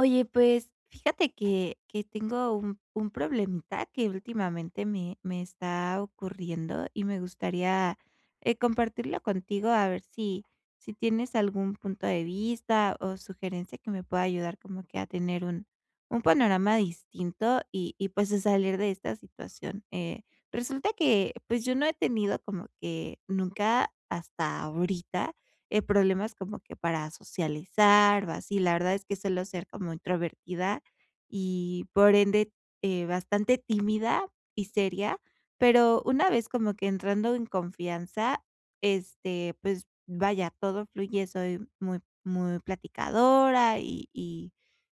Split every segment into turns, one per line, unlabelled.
Oye, pues fíjate que tengo un problemita que últimamente me está ocurriendo y me gustaría compartirlo contigo a ver si tienes algún punto de vista o sugerencia que me pueda ayudar como que a tener un panorama distinto y pues a salir de esta situación. Resulta que pues yo no he tenido como que nunca hasta ahorita problemas como que para socializar o así. La verdad es que suelo ser como introvertida y por ende, bastante tímida y seria, pero una vez como que entrando en confianza, pues vaya, todo fluye, soy muy, muy platicadora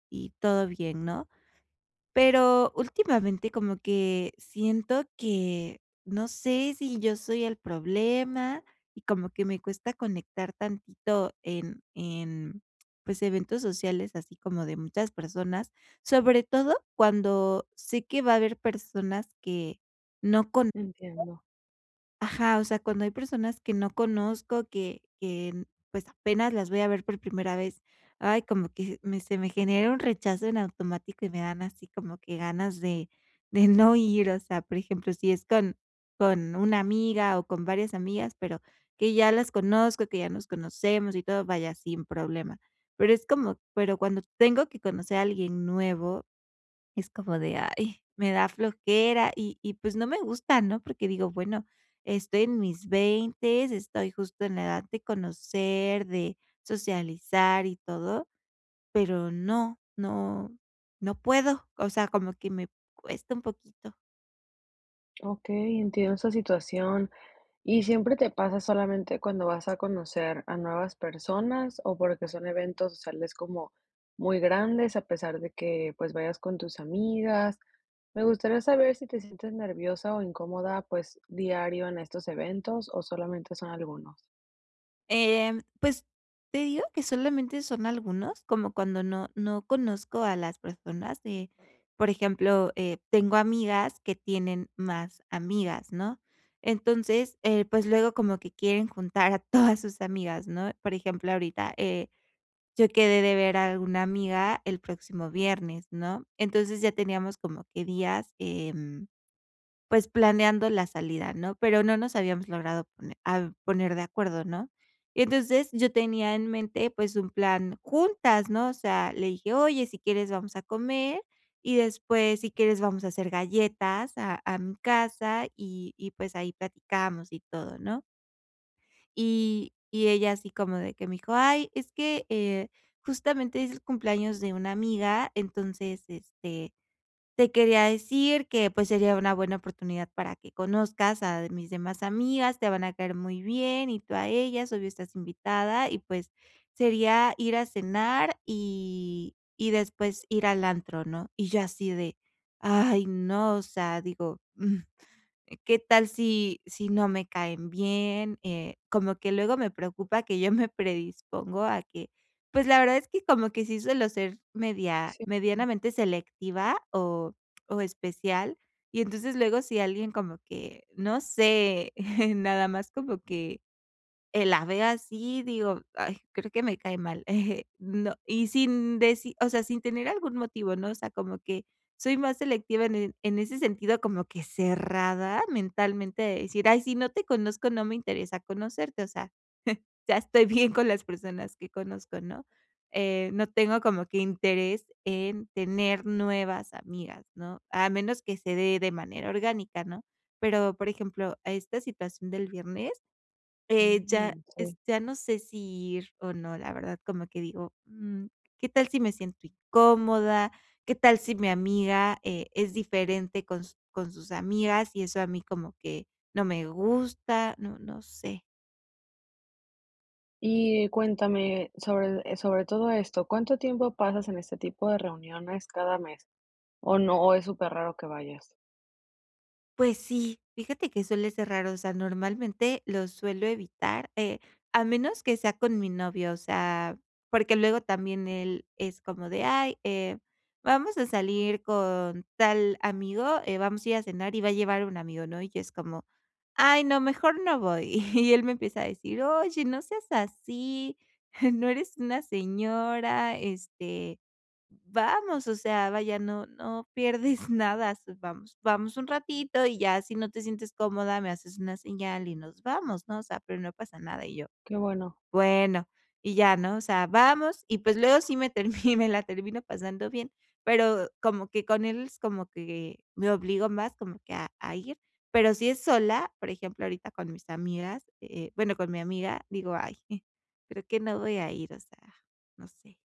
y todo bien, ¿no? Pero últimamente como que siento que no sé si yo soy el problema y como que me cuesta conectar tantito en, pues, eventos sociales, así como de muchas personas, sobre todo cuando sé que va a haber personas que no conozco.
Entiendo.
Ajá, o sea, cuando hay personas que no conozco, que, pues, apenas las voy a ver por primera vez, ay, como que me se me genera un rechazo en automático y me dan así como que ganas de no ir, o sea, por ejemplo, si es con una amiga o con varias amigas, pero que ya las conozco, que ya nos conocemos y todo, vaya, sin problema. Pero es como pero cuando tengo que conocer a alguien nuevo es como de, ay, me da flojera y pues no me gusta, ¿no? Porque digo, bueno, estoy en mis 20, estoy justo en la edad de conocer, de socializar y todo, pero no, no puedo, o sea, como que me cuesta un poquito.
Okey, entiendo esa situación. ¿Y siempre te pasa solamente cuando vas a conocer a nuevas personas o porque son eventos sociales como muy grandes, a pesar de que, pues, vayas con tus amigas? Me gustaría saber si te sientes nerviosa o incómoda, pues, diario en estos eventos o solamente son algunos.
Pues, te digo que solamente son algunos, como cuando no conozco a las personas, por ejemplo, tengo amigas que tienen más amigas, ¿no? Entonces, pues, luego como que quieren juntar a todas sus amigas, ¿no? Por ejemplo, ahorita, yo quedé de ver a alguna amiga el próximo viernes, ¿no? Entonces, ya teníamos como que días, pues, planeando la salida, ¿no? Pero no nos habíamos logrado poner de acuerdo, ¿no? Y entonces, yo tenía en mente, pues, un plan juntas, ¿no? O sea, le dije: "Oye, si quieres vamos a comer, y después, si quieres, vamos a hacer galletas a mi casa, y pues, ahí platicamos y todo", ¿no? Y ella así como de que me dijo: "Ay, es que, justamente es el cumpleaños de una amiga, entonces, este te quería decir que, pues, sería una buena oportunidad para que conozcas a mis demás amigas, te van a caer muy bien, y tú a ellas, obvio estás invitada, y pues, sería ir a cenar y después ir al antro, ¿no?" Y yo así de, ay, no, o sea, digo ¿Qué tal si no me caen bien? Como que luego me preocupa que yo me predispongo a que, pues, la verdad es que como que sí suelo ser
Sí.
medianamente selectiva o especial, y entonces luego si alguien como que, no sé, nada más como que las veo así, digo: "Ay, creo que me cae mal". No, y sin decir o sea, sin tener algún motivo, ¿no? O sea, como que soy más selectiva en en ese sentido, como que cerrada mentalmente de decir: "Ay, si no te conozco, no me interesa conocerte". O sea, ya estoy bien con las personas que conozco, ¿no? No tengo como que interés en tener nuevas amigas, ¿no? A menos que se dé de manera orgánica, ¿no? Pero, por ejemplo, a esta situación del viernes ya
Mm,
es
sí.
ya no sé si ir o no, la verdad, como que digo, ¿qué tal si me siento incómoda? ¿Qué tal si mi amiga, es diferente con s con sus amigas? Y eso a mí como que no me gusta, no sé.
Y cuéntame sobre, sobre todo esto, ¿cuánto tiempo pasas en este tipo de reuniones cada mes? ¿O no, o es súper raro que vayas?
Pues sí, fíjate que suele ser raro, o sea, normalmente lo suelo evitar, a menos que sea con mi novio, o sea, porque luego también él es como de, ay, vamos a salir con tal amigo, vamos a ir a cenar y va a llevar un amigo, ¿no? Y yo es como, ay, no, mejor no voy. Y él me empieza a decir: "Oye, no seas así, no eres una señora, este, vamos, o sea, vaya, no pierdes nada, s vamos un ratito y ya si no te sientes cómoda, me haces una señal y nos vamos, ¿no? O sea, pero no pasa nada". Y yo
Qué bueno.
bueno, y ya, ¿no? O sea, vamos, y pues luego sí me termi me la termino pasando bien, pero como que con él es como que me obligo más como que a ir, pero si es sola, por ejemplo, ahorita con mis amigas, bueno, con mi amiga, digo: "Ay, creo que no voy a ir", o sea, no sé.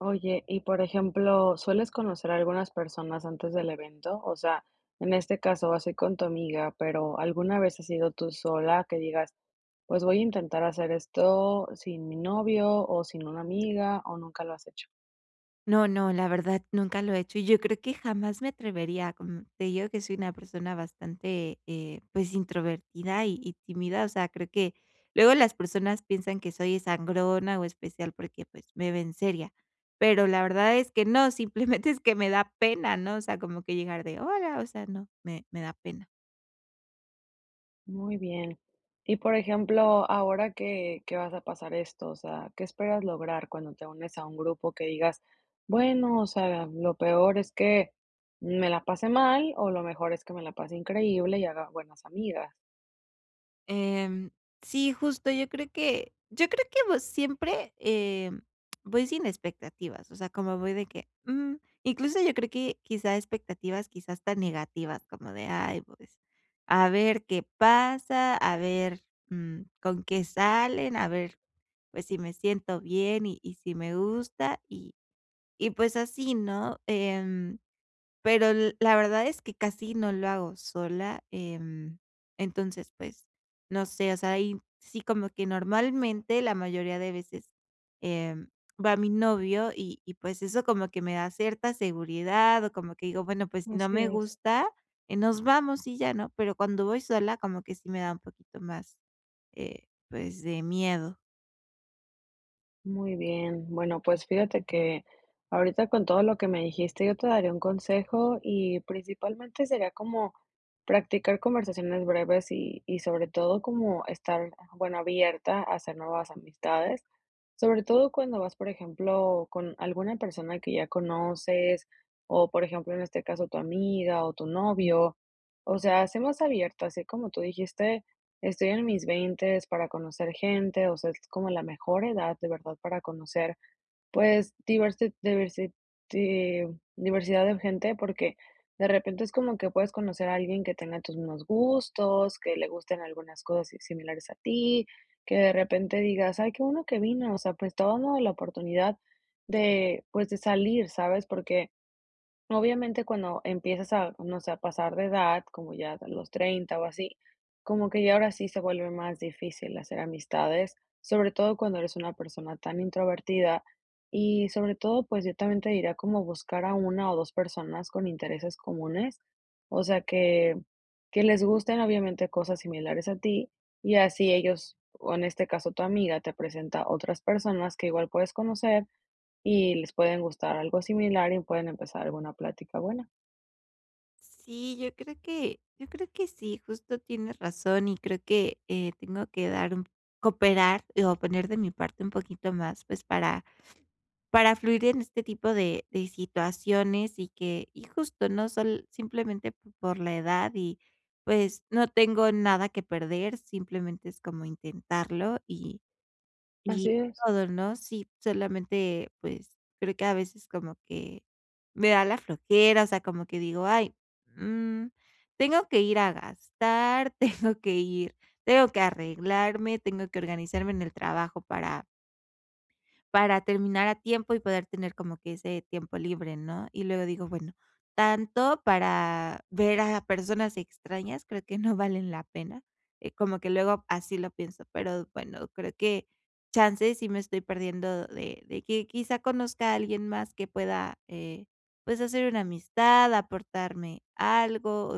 Oye, y por ejemplo, ¿sueles conocer a algunas personas antes del evento? O sea, en este caso vas a ir con tu amiga, pero ¿alguna vez has ido tú sola que digas, pues voy a intentar hacer esto sin mi novio o sin una amiga o nunca lo has hecho?
No, la verdad nunca lo he hecho y yo creo que jamás me atrevería, como te digo que soy una persona bastante, pues, introvertida y tímida, o sea, creo que luego las personas piensan que soy sangrona o especial porque, pues, me ven seria, pero la verdad es que no, simplemente es que me da pena, ¿no? O sea, como que llegar de: "Hola", o sea, no, me da pena.
Muy bien. Y por ejemplo, ahora que vas a pasar esto, o sea, ¿qué esperas lograr cuando te unes a un grupo que digas, bueno, o sea, lo peor es que me la pase mal o lo mejor es que me la pase increíble y haga buenas amigas?
Em, sí, justo, yo creo que vos siempre, voy sin expectativas, o sea, como voy de que, mm, incluso yo creo que quizá expectativas quizás tan negativas como de, ay, pues, a ver qué pasa, a ver, con qué salen, a ver, pues, si me siento bien y si me gusta, y pues así, ¿no? Pero l la verdad es que casi no lo hago sola, entonces, pues, no sé, o sea, ahí sí como que normalmente la mayoría de veces, em, va mi novio y, pues, eso como que me da cierta seguridad, o como que digo, bueno, pues, si no
Así
me
es.
gusta, nos vamos y ya, ¿no? Pero cuando voy sola como que sí me da un poquito más, eh, pues, de miedo.
Muy bien. Bueno, pues fíjate que ahorita con todo lo que me dijiste, yo te daría un consejo y principalmente sería como practicar conversaciones breves y sobre todo como estar, bueno, abierta a hacer nuevas amistades, sobre todo cuando vas, por ejemplo, con alguna persona que ya conoces o, por ejemplo, en este caso, tu amiga o tu novio. O sea, sé más abierta, así como tú dijiste. Estoy en mis veintes para conocer gente, o sea, es como la mejor edad de verdad para conocer, pues, ti diversidad de gente, porque de repente es como que puedes conocer a alguien que tenga tus mismos gustos, que le gusten algunas cosas si similares a ti, que de repente digas: "Ay, qué bueno que vino", o sea, pues, te dando la oportunidad de, pues, de salir, ¿sabes? Porque obviamente, cuando empiezas a, no sé, a pasar de edad, como ya a los 30 o así, como que ya ahora sí se vuelve más difícil hacer amistades, sobre todo cuando eres una persona tan introvertida y sobre todo, pues yo también te diría como buscar a una o dos personas con intereses comunes, o sea, que les gusten obviamente cosas similares a ti y así ellos, o en este caso tu amiga, te presenta otras personas que igual puedes conocer y les pueden gustar algo similar y pueden empezar alguna plática buena.
Sí, yo creo que sí, justo tienes razón y creo que, tengo que dar un cooperar o poner de mi parte un poquito más, pues, para fluir en este tipo de situaciones y justo, no sol simplemente p por la edad y, pues, no tengo nada que perder, simplemente es como intentarlo y
Así
y
es.
todo, ¿no? Sí, solamente, pues, creo que a veces como que me da la flojera, o sea, como que digo: "Ay, mm, tengo que ir a gastar, tengo que ir tengo que arreglarme, tengo que organizarme en el trabajo para terminar a tiempo y poder tener como que ese tiempo libre, ¿no? Y luego digo, bueno, tanto para ver a personas extrañas, creo que no valen la pena, como que luego así lo pienso, pero bueno, creo que chance sí me estoy perdiendo de que quizá conozca a alguien más que pueda, pues, hacer una amistad, aportarme algo,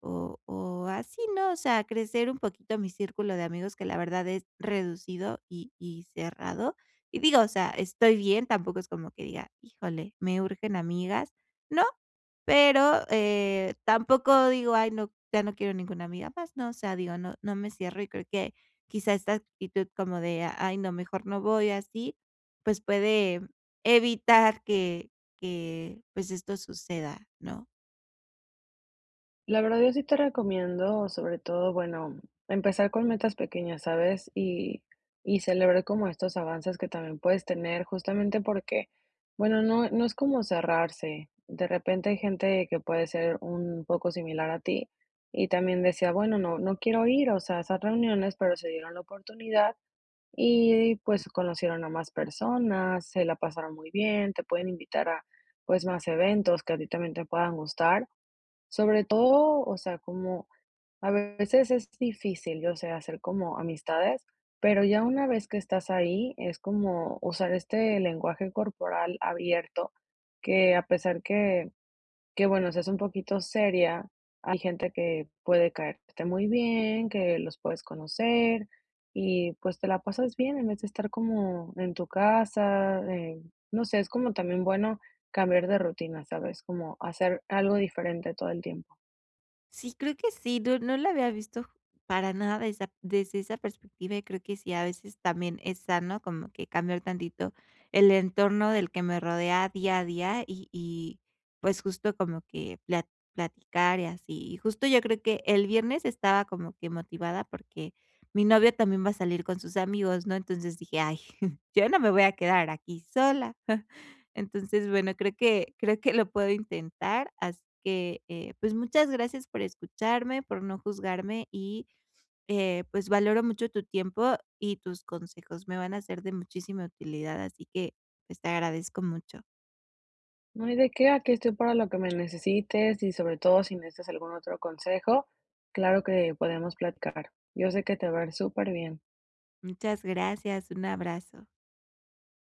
o así, ¿no? O sea, crecer un poquito mi círculo de amigos, que la verdad es reducido y cerrado. Y digo, o sea, estoy bien, tampoco es como que diga: "Híjole, me urgen amigas", no, pero, tampoco digo: "Ay, no, ya no quiero ninguna amiga más", no, o sea, digo, no me cierro y creo que quizá esta actitud como de: "Ay, no, mejor no voy", así, pues puede evitar que, pues, esto suceda, ¿no?
La verdad, yo sí te recomiendo, sobre todo, bueno, empezar con metas pequeñas, ¿sabes? Y celebrar como estos avances que también puedes tener, justamente porque, bueno, no, no es como cerrarse. De repente hay gente que puede ser un poco similar a ti y también decía, bueno, no, no quiero ir, o sea, a esas reuniones, pero se dieron la oportunidad. Y pues conocieron a más personas, se la pasaron muy bien, te pueden invitar a pues más eventos que a ti también te puedan gustar. Sobre todo, o sea, como a veces es difícil, yo sé, hacer como amistades, pero ya una vez que estás ahí, es como usar este lenguaje corporal abierto, que a pesar que bueno, si es un poquito seria, hay gente que puede caerte muy bien, que los puedes conocer y pues te la pasas bien en vez de estar como en tu casa, no sé, es como también bueno cambiar de rutina, ¿sabes? Como hacer algo diferente todo el tiempo.
Sí, creo que sí, no la había visto para nada esa desde esa perspectiva, y creo que sí, a veces también es sano como que cambiar tantito el entorno del que me rodea día a día y, pues, justo como que platicar y así. Y justo yo creo que el viernes estaba como que motivada porque mi novio también va a salir con sus amigos, ¿no? Entonces dije: "Ay, yo no me voy a quedar aquí sola". Entonces, bueno, creo que lo puedo intentar, así que, pues, muchas gracias por escucharme, por no juzgarme y, pues, valoro mucho tu tiempo y tus consejos, me van a ser de muchísima utilidad, así que, pues, te agradezco mucho.
No hay de qué, aquí estoy para lo que me necesites y sobre todo si necesitas algún otro consejo, claro que podemos platicar. Yo sé que te va a ir súper bien.
Muchas gracias, un abrazo.